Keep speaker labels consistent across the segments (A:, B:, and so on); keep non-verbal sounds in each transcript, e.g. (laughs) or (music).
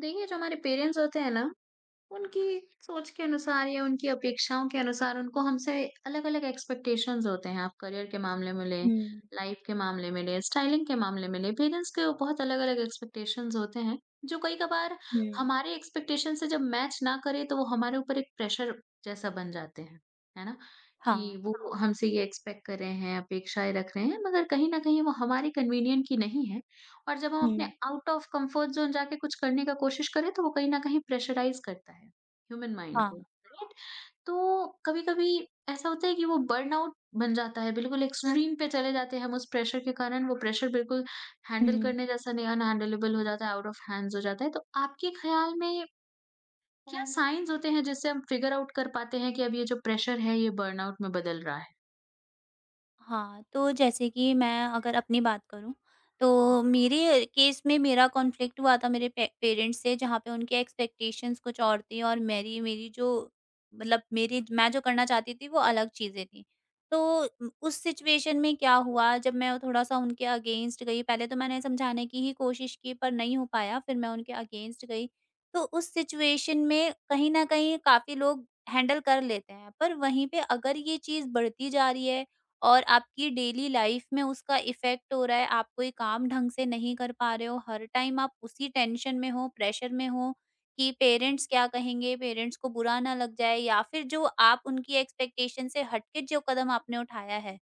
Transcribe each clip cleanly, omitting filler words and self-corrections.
A: देखिए, जो हमारे पेरेंट्स होते हैं ना, उनकी सोच के अनुसार या उनकी अपेक्षाओं के अनुसार उनको हमसे अलग-अलग एक्सपेक्टेशंस होते हैं। आप करियर के मामले में लें,
B: हुँ,
A: लाइफ के मामले में लें, स्टाइलिंग के मामले में लें, पेरेंट्स के बहुत अलग-अलग एक्सपेक्टेशंस होते हैं, जो कई कभार
B: हुँ।
A: हमारे एक्सपेक्टेशन से जब मैच ना करे, तो वो हमारे ऊपर एक प्रेशर जैसा बन जाते हैं, है ना? कि
B: हाँ।
A: वो हमसे ये एक्सपेक्ट कर रहे हैं, अपेक्षाएँ रख रहे हैं, मगर कहीं न कहीं वो हमारे कन्वीनिएंट की नहीं है। और जब हम अपने
B: हुँ,
A: आउट ऑफ कंफर्ट ज़ोन जाके कुछ करने का कोशिश करें तो वो कहीं न कहीं प्रेशराइज़ करता है, ह्यूमन माइंड को,
B: हाँ।
A: राइट? तो कभी-कभी ऐसा होता है कि वो बर्नआउट बन जाता है, बिल्कुल एक्सट्रीम पे चले जाते हैं हम उस प्रेशर के कारण, वो प्रेशर बिल्कुल हैंडल
B: हुँ।
A: करने जैसा नहीं अनहैंडलेबल हो जाता है, आउट ऑफ हैंड्स हो जाता है। तो आपके ख़्याल में क्या साइन्स होते हैं जिससे हम फ़िगर आउट कर पाते हैं कि अब ये जो प्रेशर है ये बर्नआउट में बदल रहा है?
B: हाँ, तो जैसे कि मैं अगर अपनी बात करूँ, तो
A: (laughs)
B: मेरे केस में मेरा कॉन्फ्लिक्ट हुआ था मेरे पे पेरेंट्स से, जहाँ पे उनके एक्सपेक्टेशंस कुछ और थी और मेरी मेरी जो, मतलब मेरी मैं जो करना चाहती थी वो अलग चीज़ें थी। तो उस सिचुएशन में क्या हुआ, जब मैं थोड़ा-सा उनके अगेंस्ट गई, पहले तो मैंने समझाने की ही कोशिश की पर नहीं हो पाया, फिर मैं उनके अगेंस्ट गई। तो उस सिचुएशन में कहीं न कहीं काफ़ी लोग हैंडल कर लेते हैं, पर वहीं पे अगर ये चीज़ बढ़ती जा रही है और आपकी डेली लाइफ में उसका इफ़ेक्ट हो रहा है, आप कोई काम ढंग से नहीं कर पा रहे हो, हर टाइम आप उसी टेंशन में हो, प्रेशर में हो कि पेरेंट्स क्या कहेंगे, पेरेंट्स को बुरा ना लग जाए, या फिर जो आप उनकी एक्सपेक्टेशन से हट के जो कदम आपने उठाया है,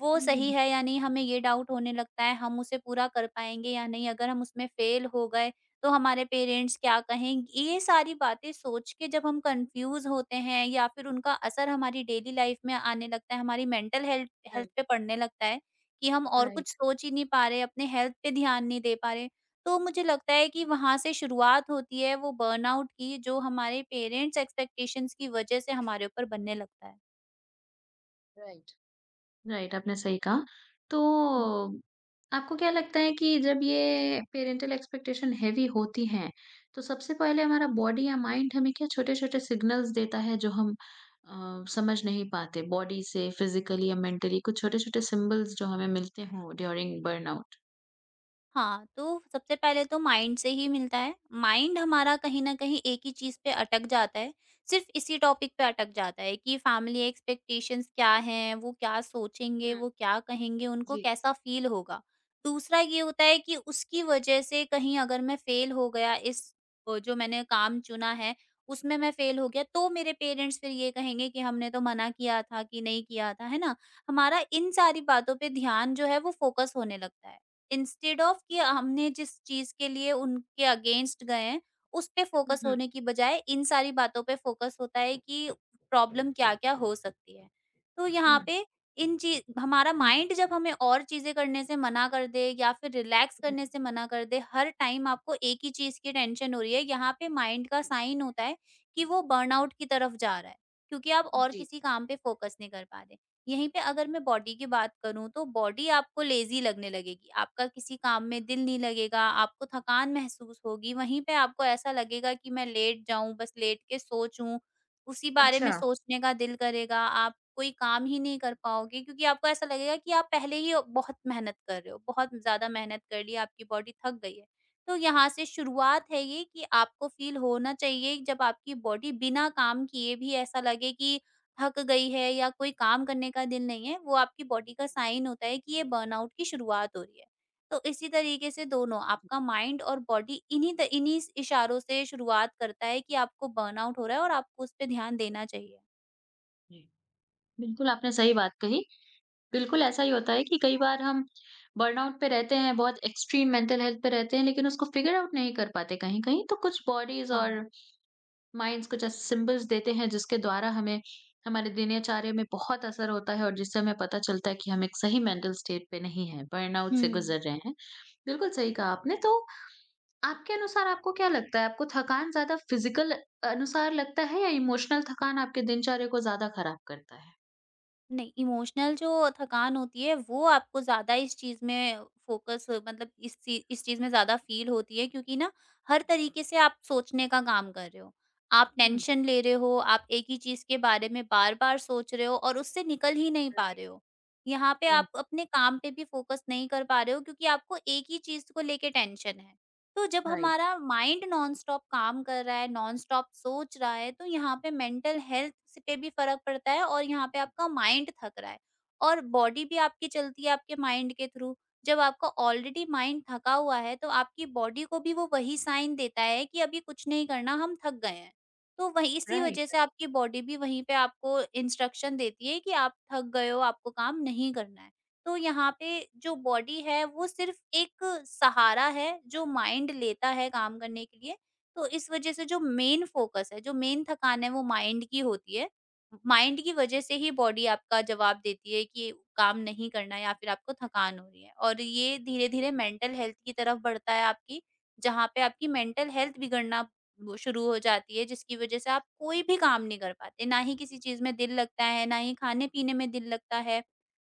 B: वो
A: हुँ, हुँ,
B: सही
A: हुँ।
B: है या नहीं, हमें ये डाउट होने लगता है, हम उसे पूरा कर पाएँगे या नहीं, अगर हम उसमें फेल हो गए तो हमारे पेरेंट्स क्या कहेंगे, ये सारी बातें सोच के जब हम कंफ्यूज होते हैं या फिर उनका असर हमारी डेली लाइफ में आने लगता है, हमारी मेंटल हेल्थ
A: हुँ,
B: हेल्थ
A: राइट,
B: पे पड़ने लगता है कि हम और कुछ
A: राइट।
B: सोच ही नहीं पा रहे, अपने हेल्थ पे ध्यान नहीं दे पा रहे। तो मुझे लगता है कि वहां से शुरुआत होती है वो बर्नआउट की, जो हमारे पेरेंट्स एक्सपेक्टेशंस की वजह से हमारे ऊपर बनने लगता है।
A: राइट। राइट, आपने सही कहा। तो आपको क्या लगता है कि जब ये पेरेंटल एक्सपेक्टेशन हेवी होती हैं, तो सबसे पहले हमारा बॉडी या माइंड हमें क्या छोटे-छोटे सिग्नल्स देता है जो हम समझ नहीं पाते? बॉडी से फिजिकली या मेंटली कुछ छोटे-छोटे सिंबल्स जो हमें मिलते हों ड्यूरिंग बर्नआउट?
B: हाँ, तो सबसे पहले तो माइंड से ही मिलता है। माइंड हमारा कहीं न कहीं एक ही चीज़ पे अटक जाता है, सिर्फ़ इसी टॉपिक पे अटक जाता है कि फैमिली एक्सपेक्टेशंस क्या हैं, वो क्या सोचेंगे,
A: हुँ,
B: वो क्या कहेंगे, उनको
A: जी।
B: कैसा फ़ील होगा। दूसरा ये होता है कि उसकी वजह से कहीं अगर मैं फ़ेल हो गया इस जो मैंने काम चुना है, उसमें मैं फ़ेल हो गया, तो मेरे पेरेंट्स फिर ये कहेंगे कि हमने तो मना किया था कि नहीं किया था, है ना? हमारा इन सारी बातों पे ध्यान जो है वो फ़ोकस होने लगता है। इंस्टेड ऑफ कि हमने जिस चीज़ के लिए उनके अगेंस्ट गए हैं, उस पे
A: हुँ,
B: फ़ोकस
A: हुँ,
B: होने की बजाय इन सारी बातों पे फ़ोकस होता है कि प्रॉब्लम क्या-क्या हो सकती है। तो
A: हुँ,
B: यहाँ पे इन ची हमारा माइंड जब हमें और चीज़ें करने से मना कर दे या फिर रिलैक्स
A: हुँ,
B: करने से मना कर दे, हर टाइम आपको एक ही चीज़ की टेंशन हो रही है, यहाँ पे माइंड का साइन होता है कि वो बर्नआउट की तरफ जा रहा है, क्योंकि आप और
A: जी।
B: किसी काम पे फ़ोकस नहीं कर पा रहे। यहीं पे अगर मैं बॉडी की बात करूँ, तो बॉडी आपको लेज़ी लगने लगेगी, आपका किसी काम में दिल नहीं लगेगा, आपको थकान महसूस होगी, वहीं पे आपको ऐसा लगेगा कि मैं लेट जाऊँ, बस लेट के सोचूँ, उसी बारे में
A: अच्छा।
B: सोचने का दिल करेगा, आप कोई काम ही नहीं कर पाओगे, क्योंकि आपको ऐसा लगेगा कि आप पहले ही बहुत मेहनत कर रहे हो, बहुत ज़्यादा मेहनत कर ली, आपकी बॉडी थक गई है। तो यहाँ से शुरुआत है ये कि आपको फ़ील होना चाहिए जब आपकी बॉडी बिना काम किए भी ऐसा लगे कि थक गई है या कोई काम करने का दिल नहीं है, वो आपकी बॉडी का साइन होता है कि ये बर्नआउट की शुरुआत हो रही है। तो इसी तरीके से दोनों आपका माइंड और बॉडी इन्हीं त इन्हीं स इशारों से शुरुआत करता है कि आपको बर्नआउट हो रहा है और आपको उस पे ध्यान देना चाहिए।
A: जी। बिल्कुल, आपने सही बात कही। बिल्कुल, ऐसा ही होता है कि कई बार हम बर्नआउट पे रहते हैं, बहुत एक्सट्रीम मेंटल हेल्थ पे रहते हैं, लेकिन उसको फिगर आउट नहीं कर पाते कहीं-कहीं, तो कुछ बॉडीज़ और
B: हाँ।
A: माइंड्स कुछ ऐसे सिम्बल्स देते हैं, जिसके द्वारा हमें हमारे दिनचर्या में बहुत असर होता है और जिससे हमें पता चलता है कि हम एक सही मेंटल स्टेट पे नहीं हैं, बर्नआउट से
B: हुँ।
A: गुज़र रहे हैं। बिल्कुल सही कहा आपने, तो आपके अनुसार आपको क्या लगता है, आपको थकान ज़्यादा फिज़िकल अनुसार लगता है या इमोशनल थकान आपके दिनचर्या को ज़्यादा खराब करता है?
B: नहीं, इमोशनल जो थकान होती है वो आपको ज़्यादा इस चीज़ में फ़ोकस, मतलब इस चीज़ में ज़्यादा फ़ील होती है, क्योंकि ना हर तरीके से आप सोचने का काम कर रहे हो। आप
A: हुँ,
B: टेंशन ले रहे हो, आप एक ही चीज़ के बारे में बार-बार सोच रहे हो और उससे निकल ही नहीं पा
A: राइट,
B: रहे हो। यहाँ पे
A: राइट,
B: आप अपने काम पे भी फ़ोकस नहीं कर पा रहे हो, क्योंकि आपको एक ही चीज़ को लेके टेंशन है। तो जब
A: राइट,
B: हमारा माइंड नॉनस्टॉप काम कर रहा है, नॉनस्टॉप सोच रहा है, तो यहाँ पे मेंटल हेल्थ से पे भी फ़र्क पड़ता है और यहाँ पे आपका माइंड थक रहा है और बॉडी भी आपकी चलती है आपके माइंड के थ्रू। जब आपका ऑलरेडी माइंड थका हुआ है, तो आपकी बॉडी को भी वो वही साइन देता है कि अभी कुछ नहीं करना, हम थक गए हैं। तो वही इसी वजह से
A: राइट,
B: आपकी बॉडी भी वहीं पे आपको इंस्ट्रक्शन देती है कि आप थक गए हो, आपको काम नहीं करना है। तो यहाँ पे जो बॉडी है वो सिर्फ एक सहारा है जो माइंड लेता है काम करने के लिए। तो इस वजह से जो मेन फोकस है, जो मेन थकान है, वो माइंड की होती है। माइंड की वजह से ही बॉडी आपका जवाब देती है कि काम नहीं करना या फिर आपको थकान हो रही है, और ये धीरे धीरे मेंटल हेल्थ की तरफ बढ़ता है आपकी, जहाँ पे आपकी मेंटल हेल्थ बिगड़ना वो शुरू हो जाती है, जिसकी वजह से आप कोई भी काम नहीं कर पाते, ना ही किसी चीज में दिल लगता है, ना ही खाने पीने में दिल लगता है,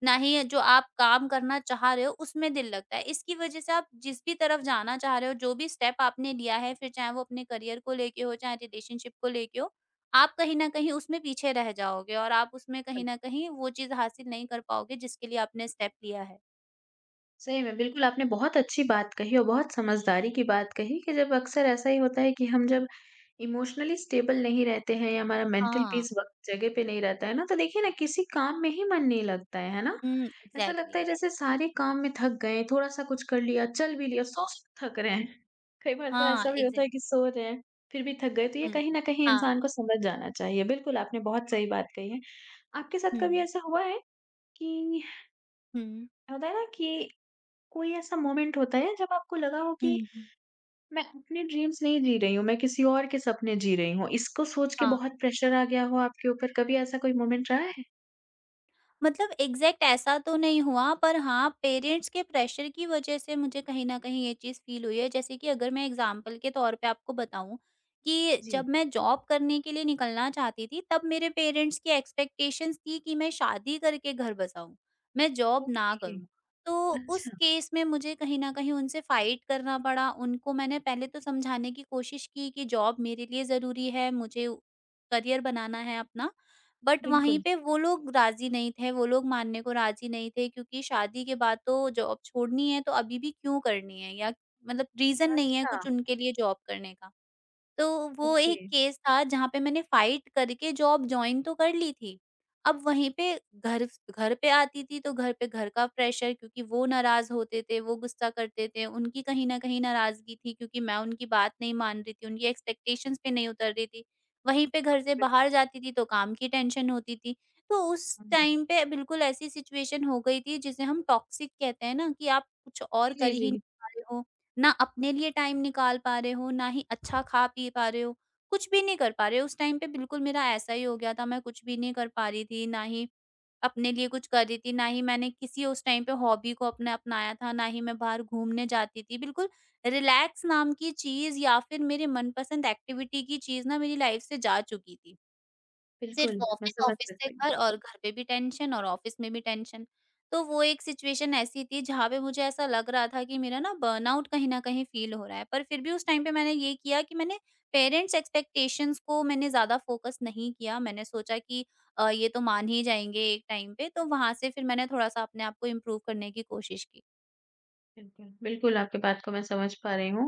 B: ना ही जो आप काम करना चाह रहे हो उसमें दिल लगता है। इसकी वज़ह से आप जिस भी तरफ जाना चाह रहे हो, जो भी स्टेप आपने लिया है, फिर चाहे वो अपने करियर को लेके हो, चाहे रिलेशनशिप को लेके हो, आप कहीं न कहीं उसमें पीछे रह जाओगे और आप उसमें कहीं
A: राइट।
B: न कहीं वो चीज़ हासिल नहीं कर पाओगे जिसके लिए आपने स्टेप लिया है।
A: सही में, बिल्कुल आपने बहुत अच्छी बात कही और बहुत समझदारी की बात कही कि जब अक्सर ऐसा ही होता है कि हम जब इमोशनली स्टेबल नहीं रहते हैं या हमारा मेंटल
B: हाँ।
A: पीस वक़्त जगह पे नहीं रहता है ना, तो देखिए ना किसी काम में ही मन नहीं लगता है ना?
B: हुँ,
A: ऐसा लगता
B: एग्ज़ैक्टली।
A: है जैसे सारे काम में थक गए, थोड़ा-सा कुछ कर लिया, चल भी लिया, सो-सो थक रहे हैं। कई बार तो
B: हाँ,
A: ऐसा भी होता है कि
B: एग्ज़ैक्टली।
A: सो रहे हैं, फिर भी थक गए, तो ये
B: हुँ।
A: कहीं न कहीं
B: हाँ।
A: इंसान को समझ जाना चाहिए। बिल्कुल, आपने बहुत सही बात कही है। आपके साथ
B: हुँ।
A: कभी ऐसा हुआ है कि
B: हुँ,
A: होता है ना कि कोई ऐसा मोमेंट होता है जब आपको लगा हो
B: हुँ,
A: कि
B: हुँ।
A: मैं अपने ड्रीम्स नहीं जी रही हूँ, मैं किसी और के सपने जी रही हूँ? इसको सोच के
B: हाँ।
A: बहुत प्रेशर आ गया हो आपके ऊपर, कभी ऐसा कोई मोमेंट रहा है?
B: मतलब एग्जैक्ट ऐसा तो नहीं हुआ, पर हाँ, पेरेंट्स के प्रेशर की वजह से मुझे कहीं न कहीं ये चीज़ फ़ील हुई है। जैसे कि अगर मैं एग्ज़ाम्पल के तौर पे आपको बताऊँ कि
A: जी।
B: जब मैं जॉब करने के लिए निकलना चाहती थी, तब मेरे पेरेंट्स की एक्सपेक्टेशंस थी कि मैं शादी करके घर बसाऊँ, मैं जॉब ना
A: ओके,
B: करूँ। तो उस
A: अच्छा,
B: केस में मुझे कहीं न कहीं उनसे फ़ाइट करना पड़ा। उनको मैंने पहले तो समझाने की कोशिश की कि जॉब मेरे लिए ज़रूरी है, मुझे करियर बनाना है अपना। बट वहीं
A: बिल्कुल।
B: पे वो लोग राज़ी नहीं थे, वो लोग मानने को राज़ी नहीं थे, क्योंकि शादी के बाद तो जॉब छोड़नी है तो अभी भी क्यों करनी है, या मतलब रीज़न नहीं है
A: अच्छा।
B: कुछ उनके लिए जॉब करने का। तो वो
A: ओके।
B: एक केस था जहाँ पे मैंने फाइट करके जॉब जॉइन तो कर ली थी। अब वहीं पे घर घर पे आती थी तो घर पे घर का प्रेशर, क्योंकि वो नाराज़ होते थे, वो गुस्सा करते थे। उनकी कहीं न कहीं नाराज़गी थी, क्योंकि मैं उनकी बात नहीं मान रही थी, उनकी एक्सपेक्टेशंस पे नहीं उतर रही थी। वहीं पे घर से बाहर जाती थी तो काम की टेंशन होती थी। तो उस
A: हम्म,
B: टाइम पे बिल्कुल ऐसी सिचुएशन हो गई थी, जिसे हम टॉक्सिक कहते हैं ना, कि आप कुछ और
A: जी, जी,
B: कर ही नहीं
A: जी।
B: पा रहे हो। ना अपने लिए टाइम निकाल पा रहे हो, ना ही अच्छा खा-पी पा रहे हो, कुछ भी नहीं कर पा रहे हो। उस टाइम पे बिल्कुल मेरा ऐसा ही हो गया था, मैं कुछ भी नहीं कर पा रही थी, ना ही अपने लिए कुछ कर रही थी, ना ही मैंने किसी उस टाइम पे हॉबी को अपने अपनाया था, ना ही मैं बाहर घूमने जाती थी। बिल्कुल रिलैक्स नाम की चीज़ या फिर मेरे मनपसंद एक्टिविटी की चीज़ ना मेरी लाइफ से जा चुकी थी। सिर्फ
A: बिल्कुल, मैं
B: ऑफिस,
A: समझ
B: ऑफिस से
A: सकती हूँ।
B: घर और घर पे भी टेंशन और ऑफिस में भी टेंशन। तो वो एक सिचुएशन ऐसी थी जहाँ पे मुझे ऐसा लग रहा था कि मेरा ना बर्नआउट कहीं न कहीं फ़ील हो रहा है। पर फिर भी उस टाइम पे मैंने ये किया कि मैंने पेरेंट्स एक्सपेक्टेशंस को मैंने ज़्यादा फ़ोकस नहीं किया। मैंने सोचा कि ये तो मान ही जाएँगे एक टाइम पे, तो वहाँ से फिर मैंने थोड़ा-सा अपने आप को इम्प्रूव करने की कोशिश की।
A: बिल्कुल, बिल्कुल आपकी बात को मैं समझ पा रही हूँ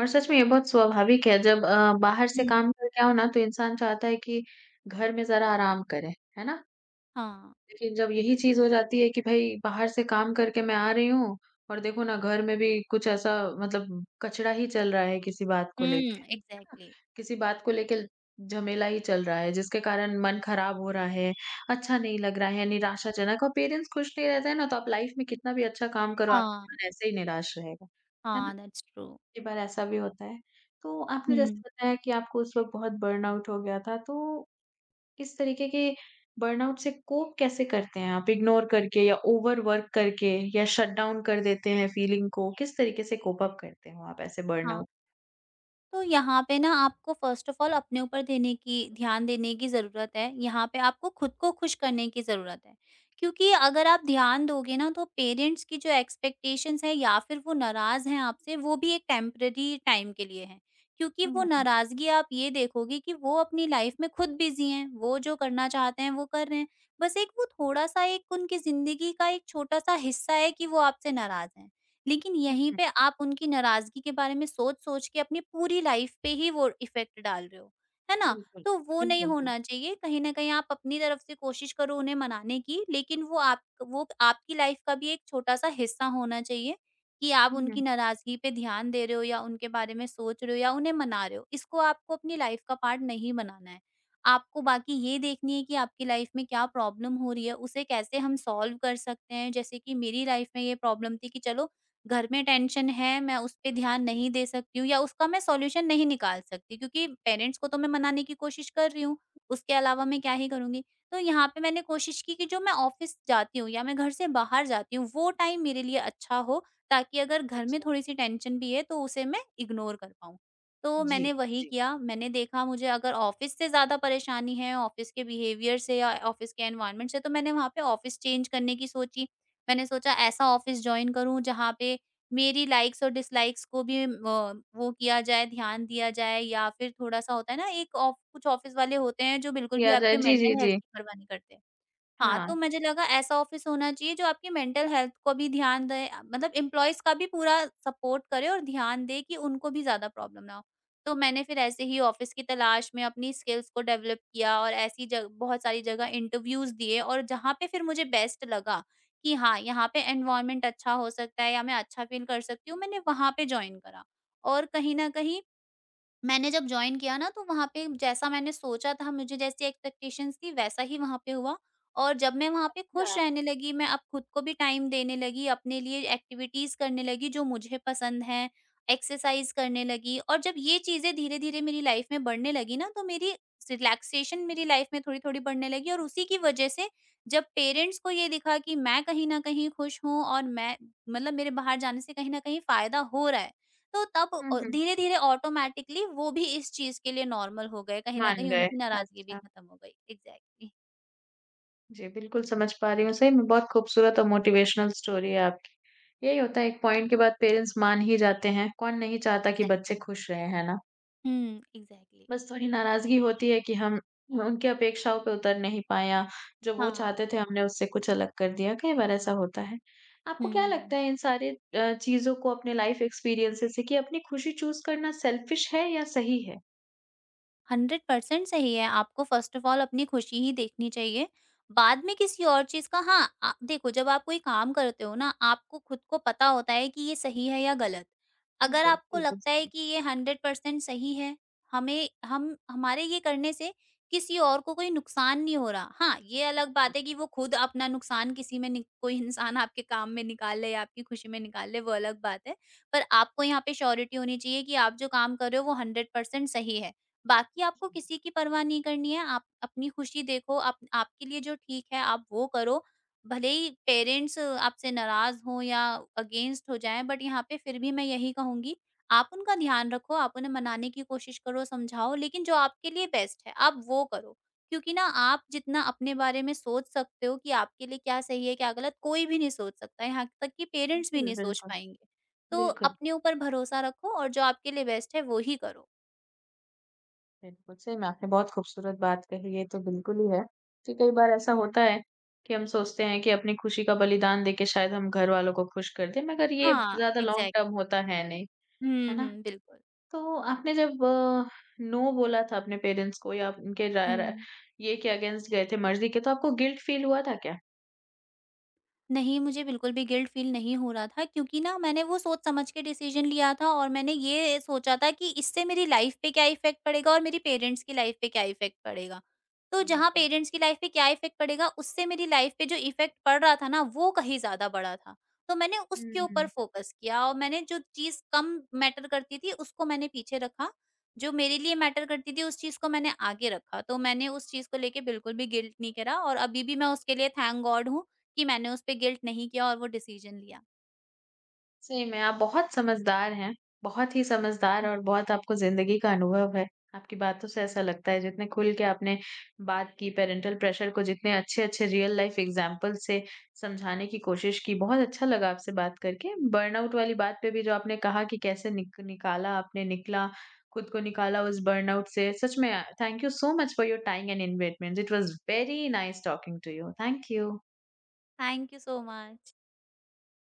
A: और सच में ये बहुत स्वाभाविक है जब बाहर से
B: हुँ।
A: काम करके आओ ना तो इंसान चाहता है कि घर में ज़रा आराम करें, है ना?
B: हाँ।
A: लेकिन जब यही चीज़ हो जाती है कि भई बाहर से काम करके मैं आ रही हूँ और देखो ना घर में भी कुछ ऐसा मतलब कचरा ही चल रहा है किसी बात को लेके।
B: हुँ, एग्ज़ैक्टली।
A: किसी बात को लेके झमेला ही चल रहा है जिसके कारण मन ख़राब हो रहा है, अच्छा नहीं लग रहा है, निराशाजनक और पेरेंट्स खुश नहीं रहते हैं ना तो आप लाइफ़ में कितना भी अच्छा काम करो
B: हाँ,
A: आपका मन ऐसे ही निराश रहेगा। है ना?
B: हाँ, दैट्स ट्रू।
A: कई बार ऐसा भी होता है। तो आपने जैसे
B: हुँ।
A: बताया कि आपको उस वक़्त बहुत बर्नआउट हो गया था तो इस तरीके के बर्नआउट से कोप कैसे करते हैं आप? इग्नोर करके या ओवरवर्क करके या शटडाउन कर देते हैं फीलिंग को? किस तरीके से कोप अप करते हो आप ऐसे
B: हाँ।
A: बर्नआउट?
B: तो यहाँ पे ना आपको फ़र्स्ट ऑफ़ ऑल अपने ऊपर देने की ध्यान देने की ज़रूरत है, यहाँ पे आपको खुद को खुश करने की ज़रूरत है। क्योंकि अगर आप ध्यान दोगे ना, तो पेरेंट्स की जो एक्सपेक्टेशंस है या फिर वो नाराज़ हैं आपसे, वो भी एक टेम्परेरी टाइम के लिए है। क्योंकि
A: हुँ,
B: वो
A: हुँ, हुँ,
B: नाराज़गी, आप ये देखोगे कि वो अपनी लाइफ़ में खुद बिज़ी हैं, वो जो करना चाहते हैं वो कर रहे हैं। बस एक वो थोड़ा-सा एक उनकी ज़िंदगी का एक छोटा-सा हिस्सा है कि वो आपसे नाराज़ हैं। लेकिन
A: हुँ,
B: यहीं
A: हुँ।
B: पे आप उनकी नाराज़गी के बारे में सोच-सोच के अपनी पूरी लाइफ़ पे ही वो इफ़ेक्ट डाल रहे हो, है ना?
A: बिल्कुल,
B: तो वो नहीं
A: बिल्कुल, बिल्कुल।
B: होना चाहिए। कहीं न कहीं आप अपनी तरफ से कोशिश करो उन्हें मनाने की, लेकिन वो आपकी लाइफ़ का भी एक छोटा-सा हिस्सा होना चाहिए कि आप
A: हुँ,
B: उनकी
A: हुँ।
B: नाराज़गी पे ध्यान दे रहे हो या उनके बारे में सोच रहे हो या उन्हें मना रहे हो। इसको आपको अपनी लाइफ़ का पार्ट नहीं बनाना है। आपको बाकी ये देखनी है कि आपकी लाइफ़ में क्या प्रॉब्लम हो रही है, उसे कैसे हम सॉल्व कर सकते हैं। जैसे कि मेरी लाइफ़ में ये प्रॉब्लम थी कि चलो, घर में टेंशन है, मैं उस पे ध्यान नहीं दे सकती हूँ या उसका मैं सॉल्यूशन नहीं निकाल सकती, क्योंकि पेरेंट्स को तो मैं मनाने की कोशिश कर रही हूँ, उसके अलावा मैं क्या ही करूँगी? तो यहाँ पे मैंने कोशिश की कि जो मैं ऑफ़िस जाती हूँ या मैं घर से बाहर जाती हूँ, वो टाइम मेरे लिए अच्छा हो, ताकि अगर घर में
A: अच्छा।
B: थोड़ी-सी टेंशन भी है तो उसे मैं इग्नोर कर पाऊँ। तो
A: जी,
B: मैंने वही
A: जी।
B: किया। मैंने देखा मुझे अगर ऑफ़िस से ज़्यादा परेशानी है, ऑफ़िस के बिहेवियर से या ऑफ़िस के एनवायरनमेंट से, तो मैंने वहाँ पे ऑफ़िस चेंज करने की सोची। मैंने सोचा ऐसा ऑफ़िस जॉइन करूँ जहाँ पे मेरी लाइक्स और डिसलाइक्स को भी वो किया जाए, ध्यान दिया जाए। या फिर थोड़ा-सा होता है ना, एक ऑफ कुछ ऑफ़िस वाले होते हैं जो बिल्कुल
A: किया
B: भी
A: जाए।
B: आपके
A: जी, जी,
B: मेंटल
A: जी।
B: हेल्थ की परवाह नहीं करते। हाँ, तो
A: हाँ।
B: मुझे लगा ऐसा ऑफ़िस होना चाहिए जो आपकी मेंटल हेल्थ को भी ध्यान दे, मतलब एम्प्लॉइज़ का भी पूरा सपोर्ट करे और ध्यान दे कि उनको भी ज़्यादा प्रॉब्लम ना हो। तो मैंने फिर ऐसे ही ऑफ़िस की तलाश में अपनी स्किल्स को डेवलप किया और ऐसी जग बहुत सारी जगह इंटरव्यूज़ दिए, और जहाँ पे फिर मुझे बेस्ट लगा कि हाँ, यहाँ पे एनवायरनमेंट अच्छा हो सकता है या मैं अच्छा फ़ील कर सकती हूँ, मैंने वहाँ पे जॉइन करा। और कहीं न कहीं मैंने जब जॉइन किया ना, तो वहाँ पे जैसा मैंने सोचा था, मुझे जैसी एक्सपेक्टेशंस थी वैसा ही वहाँ पे हुआ। और जब मैं वहाँ पे खुश
A: अच्छा।
B: रहने लगी, मैं अब खुद को भी टाइम देने लगी, अपने लिए एक्टिविटीज़ करने लगी जो मुझे पसंद हैं, एक्सरसाइज़ करने लगी। और जब ये चीज़ें धीरे-धीरे मेरी लाइफ में बढ़ने लगी ना, तो मेरी रिलैक्सेशन मेरी लाइफ में थोड़ी-थोड़ी बढ़ने लगी, और उसी की वजह से जब पेरेंट्स को ये दिखा कि मैं कहीं न कहीं खुश हूँ और मैं मतलब मेरे बाहर जाने से कहीं न कहीं फ़ायदा हो रहा है, तो तब
A: हुँ, हुँ।
B: धीरे-धीरे ऑटोमैटिकली वो भी इस चीज़ के लिए नॉर्मल हो गए, कहीं न
A: मान
B: कहीं
A: गए।
B: उनकी नाराज़गी भी
A: अच्छा।
B: खत्म हो गई। एग्ज़ैक्टली।
A: जी, बिल्कुल समझ पा रही हूँ। सही में बहुत खूबसूरत और मोटिवेशनल स्टोरी है आपकी। यही होता है एक पॉइंट के बाद पेरेंट्स मान ही जाते हैं। कौन नहीं चाहता कि बच्चे
B: एग्ज़ैक्टली।
A: खुश रहें, है ना?
B: हुँ, एग्ज़ैक्टली।
A: बस थोड़ी नाराज़गी होती है कि हम उनकी अपेक्षाओं पे उतर नहीं पाए या जो वो
B: हाँ।
A: चाहते थे हमने उससे कुछ अलग कर दिया, कई बार ऐसा होता है। आपको
B: हुँ,
A: क्या लगता
B: हुँ।
A: है इन सारे चीज़ों को अपने लाइफ़ एक्सपीरियंसेस से कि अपनी खुशी चूज़ करना सेल्फ़िश है या सही है?
B: 100% सही है। आपको फ़र्स्ट ऑफ़ ऑल अपनी खुशी ही देखनी चाहिए। बाद में किसी और चीज़ का, हाँ, देखो, जब आप कोई काम करते हो ना, आपको खुद को पता होता है कि ये सही है या गलत। अगर
A: बिल्कुल,
B: आपको
A: बिल्कुल
B: लगता है
A: सही।
B: कि ये 100% सही है, हमें हम हमारे ये करने से किसी और को कोई नुकसान नहीं हो रहा। हाँ, ये अलग
A: जी।
B: बात है कि वो खुद अपना नुकसान, किसी में नि कोई इंसान आपके काम में निकाल ले या आपकी खुशी में निकाल ले, वो अलग बात है। पर आपको यहाँ पे श्योरिटी होनी चाहिए कि आप जो काम कर रहे हो वो 100% सही है। बाकी आपको किसी की परवाह नहीं करनी है, आप अपनी खुशी देखो, आप आपके लिए जो ठीक है आप वो करो। भले ही पेरेंट्स आपसे नाराज़ हों या अगेंस्ट हो जाएँ, बट यहाँ पे फिर भी मैं यही कहूँगी, आप उनका ध्यान रखो, आप उन्हें मनाने की कोशिश करो, समझाओ, लेकिन जो आपके लिए बेस्ट है, आप वो करो। क्योंकि ना, आप जितना अपने बारे में सोच सकते हो कि आपके लिए क्या सही है, क्या गलत, कोई भी नहीं सोच सकता, यहाँ तक कि पेरेंट्स भी
A: बिल्कुल,
B: नहीं सोच
A: बिल्कुल।
B: पाएँगे। तो
A: बिल्कुल,
B: अपने ऊपर भरोसा रखो और जो आपके लिए बेस्ट है वो ही करो।
A: बिल्कुल, सही में आपने बहुत खूबसूरत बात कही, ये तो बिल्कुल ही है कि कई बार ऐसा
B: हुँ।
A: होता है कि हम सोचते हैं कि अपनी खुशी का बलिदान देके शायद हम घर वालों को खुश कर दें, मगर ये
B: हाँ,
A: ज़्यादा लॉन्ग
B: एग्ज़ैक्ट
A: टर्म होता है नहीं,
B: हुँ,
A: है ना?
B: हुँ, बिल्कुल।
A: तो आपने जब नो बोला था अपने पेरेंट्स को या
B: हुँ।
A: ये के अगेंस्ट गए थे मर्जी के तो आपको गिल्ट फील हुआ था क्या?
B: नहीं, मुझे बिल्कुल भी गिल्ट फ़ील नहीं हो रहा था, क्योंकि ना मैंने वो सोच-समझ के डिसीज़न लिया था, और मैंने ये सोचा था कि इससे मेरी लाइफ़ पे क्या इफ़ेक्ट पड़ेगा और मेरी पेरेंट्स की लाइफ़ पे क्या इफ़ेक्ट पड़ेगा। तो जहाँ
A: बिल्कुल।
B: पेरेंट्स की लाइफ़ पे क्या इफ़ेक्ट पड़ेगा, उससे मेरी लाइफ़ पे जो इफ़ेक्ट पड़ रहा था ना, वो कहीं ज़्यादा बड़ा था। तो मैंने उसके ऊपर
A: हुँ।
B: फ़ोकस किया, और मैंने जो चीज़ कम मैटर करती थी, उसको मैंने पीछे रखा। जो मेरे लिए मैटर करती थी, उस चीज़ को मैंने आगे रखा। तो मैंने उस चीज़ को लेके बिल्कुल भी गिल्ट नहीं करा, और अभी भी मैं उसके लिए थैंक गॉड हूँ कि मैंने उसपे गिल्ट नहीं किया और वो डिसीजन लिया।
A: सही में आप बहुत समझदार हैं, बहुत ही समझदार
B: हुँ।
A: और बहुत आपको ज़िंदगी का अनुभव है। आपकी बातों से ऐसा लगता है जितने खुल के आपने बात की पैरेंटल प्रेशर को जितने अच्छे-अच्छे रियल लाइफ़ एग्ज़ाम्पल से समझाने की कोशिश की, बहुत अच्छा लगा आपसे बात करके। बर्नआउट वाली बात पे भी जो आपने कहा कि कैसे निकाला आपने निकला, खुद को निकाला उस बर्नआउट से, सच में thank you so much for your time and investment. It was very nice talking to you. Thank
B: hmm.
A: You.
B: Thank you so much.